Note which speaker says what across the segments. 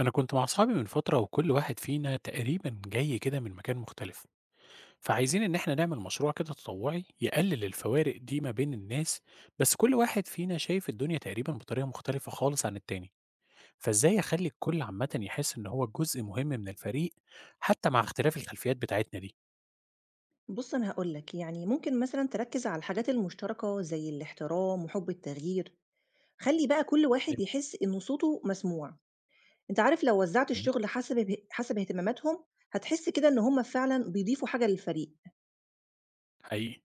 Speaker 1: أنا كنت مع أصحابي من فترة وكل واحد فينا تقريبا جاي كده من مكان مختلف. فعايزين إن احنا نعمل مشروع كده تطوعي يقلل الفوارق دي ما بين الناس. بس كل واحد فينا شايف الدنيا تقريبا بطريقة مختلفة خالص عن التاني. فإزاي أخلي الكل عامة يحس إن هو جزء مهم من الفريق حتى مع اختلاف الخلفيات بتاعتنا دي؟
Speaker 2: بُص أنا هاقول لك، ممكن مثلًا تركّز على الحاجات المشتركة زي الاحترام وحُب التغيير، خلّي بقى كل واحد يحس إن صوته مسموع، أنت عارف لو وزّعت
Speaker 1: فاهم؟
Speaker 2: الشغل حسب اهتماماتهم، هتحس كده إن هم فعلًا بيضيفوا حاجة للفريق،
Speaker 1: حقيقي.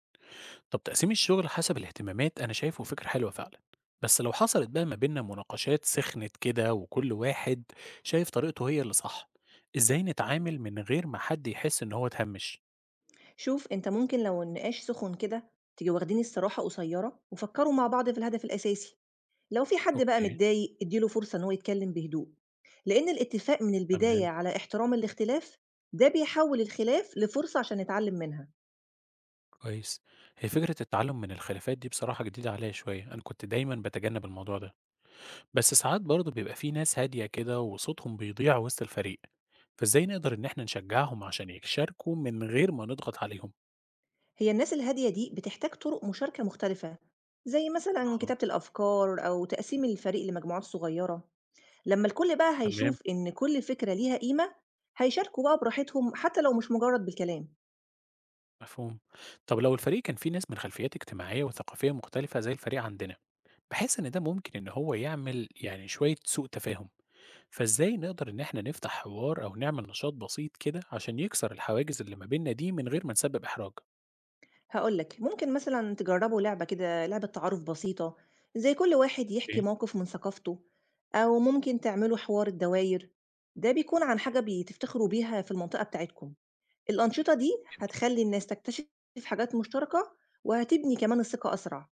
Speaker 1: طب تقسيم الشغل حسب الاهتمامات أنا شايفه فكرة حلوة فعلا. بس لو حصلت بقى ما بيننا مناقشات سخنت كده وكل واحد شايف طريقته هي اللي صح، إزاي نتعامل من غير ما حد يحس إن هو اتهمش؟
Speaker 2: شوف أنت ممكن لو النقاش سخن كده تيجوا واخدين استراحة قصيرة وفكّروا مع بعض في الهدف الأساسي، لو في حد بقى
Speaker 1: أوكي.
Speaker 2: متضايق ادّي له فرصة إن هو يتكلم بهدوء، لإن الاتفاق من البداية
Speaker 1: تمام.
Speaker 2: على احترام الاختلاف ده بيحوّل الخلاف لفرصة عشان نتعلم منها.
Speaker 1: كويس. هي فكرة التعلم من الخلافات دي بصراحة جديدة عليا شوية، أنا كنت دايما بتجنب الموضوع ده. بس ساعات برضه بيبقى في ناس هادية كده وصوتهم بيضيع وسط الفريق، فإزاي نقدر إن احنا نشجعهم عشان يشاركوا من غير ما نضغط عليهم؟
Speaker 2: هي الناس الهادية دي بتحتاج طرق مشاركة مختلفة زي مثلا
Speaker 1: أه.
Speaker 2: كتابة الأفكار أو تقسيم الفريق لمجموعات صغيرة، لما الكل بقى
Speaker 1: تمام.
Speaker 2: هيشوف إن كل فكرة ليها قيمة هيشاركوا بقى براحتهم حتى لو مش مجرد بالكلام.
Speaker 1: مفهوم. طب لو الفريق كان فيه ناس من خلفيات اجتماعية وثقافية مختلفة زي الفريق عندنا، بحيث إن ده ممكن إن هو يعمل يعني شوية سوء تفاهم، فإزاي نقدر إن إحنا نفتح حوار أو نعمل نشاط بسيط كده عشان يكسر الحواجز اللي ما بيننا دي من غير ما نسبب إحراج؟
Speaker 2: هقولك ممكن مثلا تجربوا لعبة كده، لعبة تعارف بسيطة زي كل واحد يحكي
Speaker 1: اوكي.
Speaker 2: موقف من ثقافته، أو ممكن تعملوا حوار الدواير، ده بيكون عن حاجة بتفتخروا بيها في المنطقة بتاعتكم. الأنشطة دي
Speaker 1: جميل.
Speaker 2: هتخلّي الناس تكتشف حاجات مشتركة، وهتبني كمان الثقة أسرع.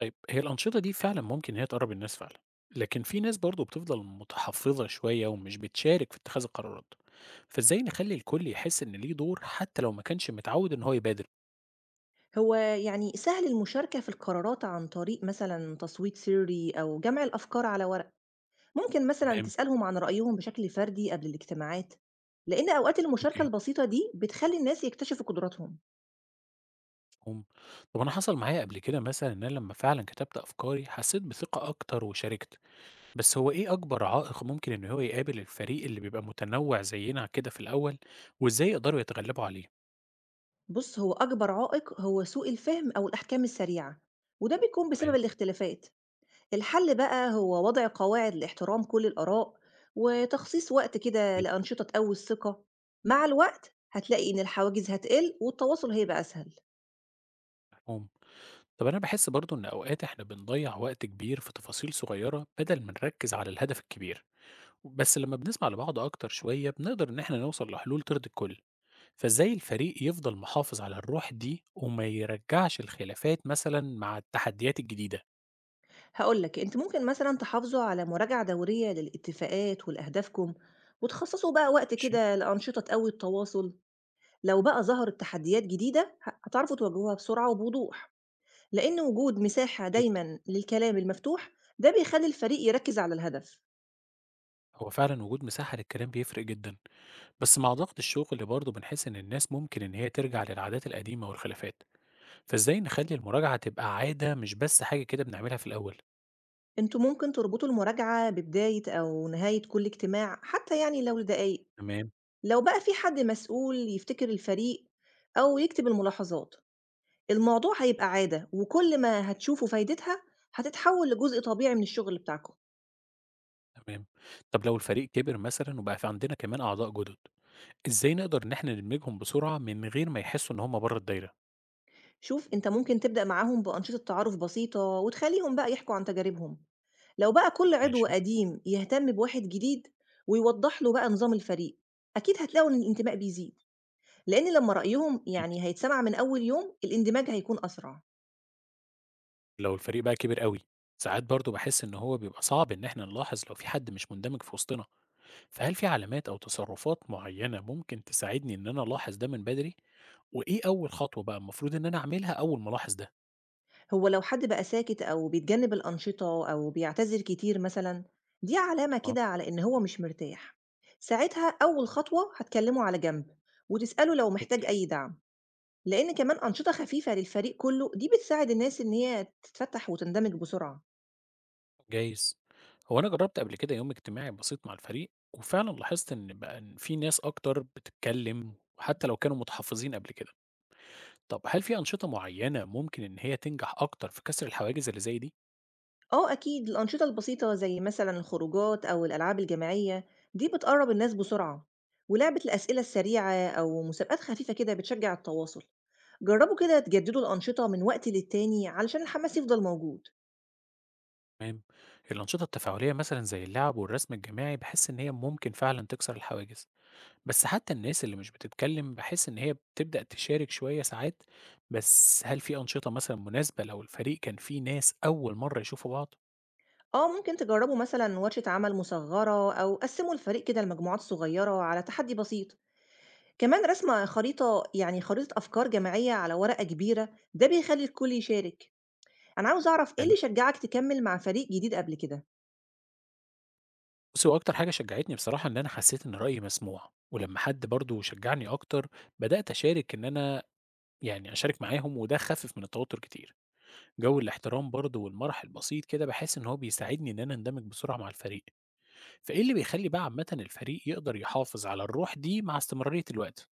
Speaker 1: طيب هي الأنشطة دي فعلا ممكن إن هي تقرب الناس فعلا، لكن في ناس برضه بتفضل متحفظة شوية ومش بتشارك في اتخاذ القرارات، فإزاي نخلي الكل يحس إن ليه دور حتى لو ما كانش متعود إن هو يبادر؟
Speaker 2: هو سهل المشاركة في القرارات عن طريق مثلًا تصويت سري أو جمع الأفكار على ورق. ممكن مثلًا
Speaker 1: تمام؟
Speaker 2: تسألهم عن رأيهم بشكل فردي قبل الاجتماعات، لإن أوقات المشاركة
Speaker 1: اوكي.
Speaker 2: البسيطة دي بتخلّي الناس يكتشفوا قدراتهم.
Speaker 1: مفهوم. طب أنا حصل معايا قبل كده مثلًا إن أنا لمّا فعلًا كتبت أفكاري حسيت بثقة أكتر وشاركت، بس هو إيه أكبر عائق ممكن إن هو يقابل الفريق اللي بيبقى متنوع زينا كده في الأول، وإزاي يقدروا يتغلبوا عليه؟
Speaker 2: بُص، هو أكبر عائق هو سوء الفهم أو الأحكام السريعة، وده بيكون بسبب
Speaker 1: تمام.
Speaker 2: الاختلافات. الحل بقى هو وضع قواعد لاحترام كل الآراء وتخصيص وقت كده
Speaker 1: م
Speaker 2: لأنشطة تقوي الثقة. مع الوقت هتلاقي إن الحواجز هتقل والتواصل هيبقى أسهل.
Speaker 1: مفهوم. طب أنا باحس برضه إن أوقات إحنا بنضيّع وقت كبير في تفاصيل صغيرة بدل ما نركز على الهدف الكبير، بس لمّا بنسمع لبعض أكتر شوية بنقدر إن إحنا نوصل لحلول ترضي الكل، فإزاي الفريق يفضل محافظ على الروح دي وما يرجعش الخلافات مثلًا مع التحديات الجديدة؟
Speaker 2: هقولك أنت ممكن مثلا تحافظوا على مراجعة دورية للاتفاقات ولأهدافكم، وتخصصوا بقى وقت
Speaker 1: ماشي.
Speaker 2: كده لأنشطة تقوي التواصل. لو بقى ظهرت تحديات جديدة هتعرفوا تواجهوها بسرعة وبوضوح، لأن وجود مساحة
Speaker 1: أكيد.
Speaker 2: دايما للكلام المفتوح ده بيخلي الفريق يركز على الهدف.
Speaker 1: هو فعلًا وجود مساحة للكلام بيفرق جدًا، بس مع ضغط الشغل برضه بنحس إن الناس ممكن إن هي ترجع للعادات القديمة والخلافات، فإزاي نخلّي المراجعة تبقى عادة مش بس حاجة كده بنعملها في الأول؟
Speaker 2: أنتم ممكن تربطوا المراجعة ببداية أو نهاية كل اجتماع، حتى لو لدقايق.
Speaker 1: تمام.
Speaker 2: لو بقى في حد مسؤول يفتكر الفريق أو يكتب الملاحظات، الموضوع هيبقى عادة، وكل ما هتشوفوا فايدتها هتتحول لجزء طبيعي من الشغل بتاعكم.
Speaker 1: تمام. طب لو الفريق كبر مثلًا وبقى في عندنا كمان أعضاء جدد، إزاي نقدر إن إحنا ندمجهم بسرعة من غير ما يحسوا إن هم برّه الدايرة؟
Speaker 2: شوف أنت ممكن تبدأ معاهم بأنشطة تعارف بسيطة وتخليهم بقى يحكوا عن تجاربهم. لو بقى كل عضو
Speaker 1: ماشي.
Speaker 2: قديم يهتم بواحد جديد ويوضح له بقى نظام الفريق، أكيد هتلاقوا إن الانتماء بيزيد، لإن لمّا رأيهم
Speaker 1: أكيد.
Speaker 2: هيتسمع من أول يوم، الاندماج هيكون أسرع.
Speaker 1: لو الفريق بقى كبر أوي، ساعات برضه باحس إن هو بيبقى صعب إن إحنا نلاحظ لو في حد مش مندمج في وسطنا. فهل في علامات أو تصرفات معينة ممكن تساعدني إن أنا ألاحظ ده من بدري؟ وإيه أول خطوة بقى المفروض إن أنا أعملها أول ما ألاحظ ده؟
Speaker 2: هو لو حد بقى ساكت أو بيتجنب الأنشطة أو بيعتذر كتير مثلًا، دي علامة
Speaker 1: اه.
Speaker 2: كده على إن هو مش مرتاح. ساعتها أول خطوة هتكلمه على جنب وتسأله لو محتاج
Speaker 1: اوكي.
Speaker 2: أي دعم، لإن كمان أنشطة خفيفة للفريق كله دي بتساعد الناس إن هي تتفتح وتندمج بسرعة.
Speaker 1: جايز. هو أنا جربت قبل كده يوم اجتماعي بسيط مع الفريق وفعلا لاحظت إن بقى إن في ناس أكتر بتتكلم وحتى لو كانوا متحفظين قبل كده. طب هل في أنشطة معينة ممكن إن هي تنجح أكتر في كسر الحواجز اللي زي دي؟
Speaker 2: آه أكيد، الأنشطة البسيطة زي مثلًا الخروجات أو الألعاب الجماعية دي بتقرّب الناس بسرعة، ولعبة الأسئلة السريعة أو مسابقات خفيفة كده بتشجّع التواصل، جرّبوا كده تجددوا الأنشطة من وقت للتاني علشان الحماس يفضل موجود.
Speaker 1: تمام. الأنشطة التفاعلية مثلا زي اللعب والرسم الجماعي بحس إن هي ممكن فعلا تكسر الحواجز، بس حتى الناس اللي مش بتتكلم باحس إن هي بتبدأ تشارك شوية ساعات، بس هل في أنشطة مثلًا مناسبة لو الفريق كان فيه ناس أول مرّة يشوفوا بعض؟
Speaker 2: آه ممكن تجرّبوا مثلًا ورشة عمل مصغّرة أو قسّموا الفريق كده لمجموعات صغيّرة على تحدي بسيط، كمان رسم خريطة، خريطة أفكار جماعية على ورقة كبيرة، ده بيخلّي الكل يشارك. أنا عاوزة أعرف إيه اللي
Speaker 1: حلو.
Speaker 2: شجّعك تكمّل مع فريق جديد قبل كده؟
Speaker 1: بُصّي، هو أكتر حاجة شجّعتني بصراحة إن أنا حسّيت إن رأيي مسموع، ولمّا حد برضه شجّعني أكتر، بدأت أشارك إن أنا يعني أشارك معاهم وده خفِّف من التوتر كتير. جو الاحترام برضه والمرح البسيط كده باحس إن هو بيساعدني إن أنا أندمج بسرعة مع الفريق. فإيه اللي بيخلّي بقى عامةً الفريق يقدر يحافظ على الروح دي مع استمرارية الوقت؟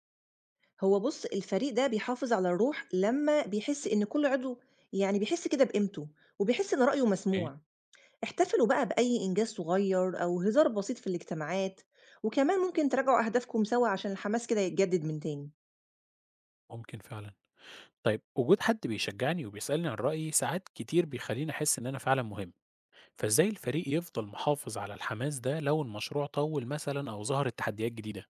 Speaker 2: هو بُص، الفريق ده بيحافظ على الروح لمّا بيحس إن كل عضو بيحس كده بقيمته، وبيحس إن رأيه
Speaker 1: إيه؟
Speaker 2: مسموع. احتفلوا بقى بأي إنجاز صغير أو هزار بسيط في الاجتماعات، وكمان ممكن تراجعوا أهدافكم سوا عشان الحماس كده يتجدد من تاني.
Speaker 1: ممكن فعلًا. طيب وجود حد بيشجعني وبيسألني عن رأيي ساعات كتير بيخليني أحس إن أنا فعلا مهم، فإزاي الفريق يفضل محافظ على الحماس ده لو المشروع طول مثلا أو ظهرت تحديات جديدة؟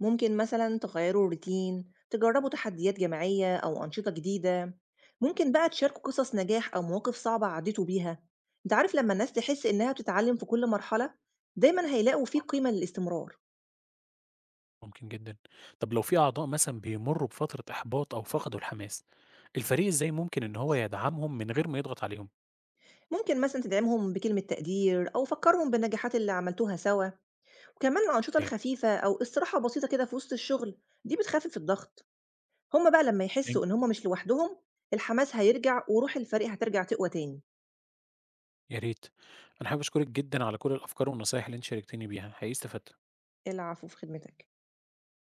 Speaker 2: ممكن مثلًا تغيّروا الروتين، تجربوا تحديات جماعية أو أنشطة جديدة. ممكن بقى تشاركوا قصص نجاح أو مواقف صعبة عديتوا بيها. أنت عارف لمّا الناس تحس إنها بتتعلم في كل مرحلة، دايمًا هيلاقوا في
Speaker 1: آه،
Speaker 2: قيمة للاستمرار.
Speaker 1: ممكن جدا. طب لو في أعضاء مثلا بيمروا بفترة إحباط أو فقدوا الحماس، الفريق إزاي ممكن إن هو يدعمهم من غير ما يضغط عليهم؟
Speaker 2: ممكن مثلًا تدعمهم بكلمة تقدير أو فكّرهم بالنجاحات اللي عملتوها سوا، وكمان الأنشطة
Speaker 1: إيه؟
Speaker 2: الخفيفة أو استراحة بسيطة كده في وسط الشغل، دي بتخفف الضغط. هم بقى لمّا
Speaker 1: إيه؟
Speaker 2: يحسّوا إن هم مش لوحدهم، الحماس هيرجع وروح الفريق هترجع تقوى تاني.
Speaker 1: يا ريت. أنا حابب أشكرك جدا على كل الأفكار والنصايح اللي أنت شاركتني بيها، حقيقي استفدت.
Speaker 2: العفو، في خدمتك.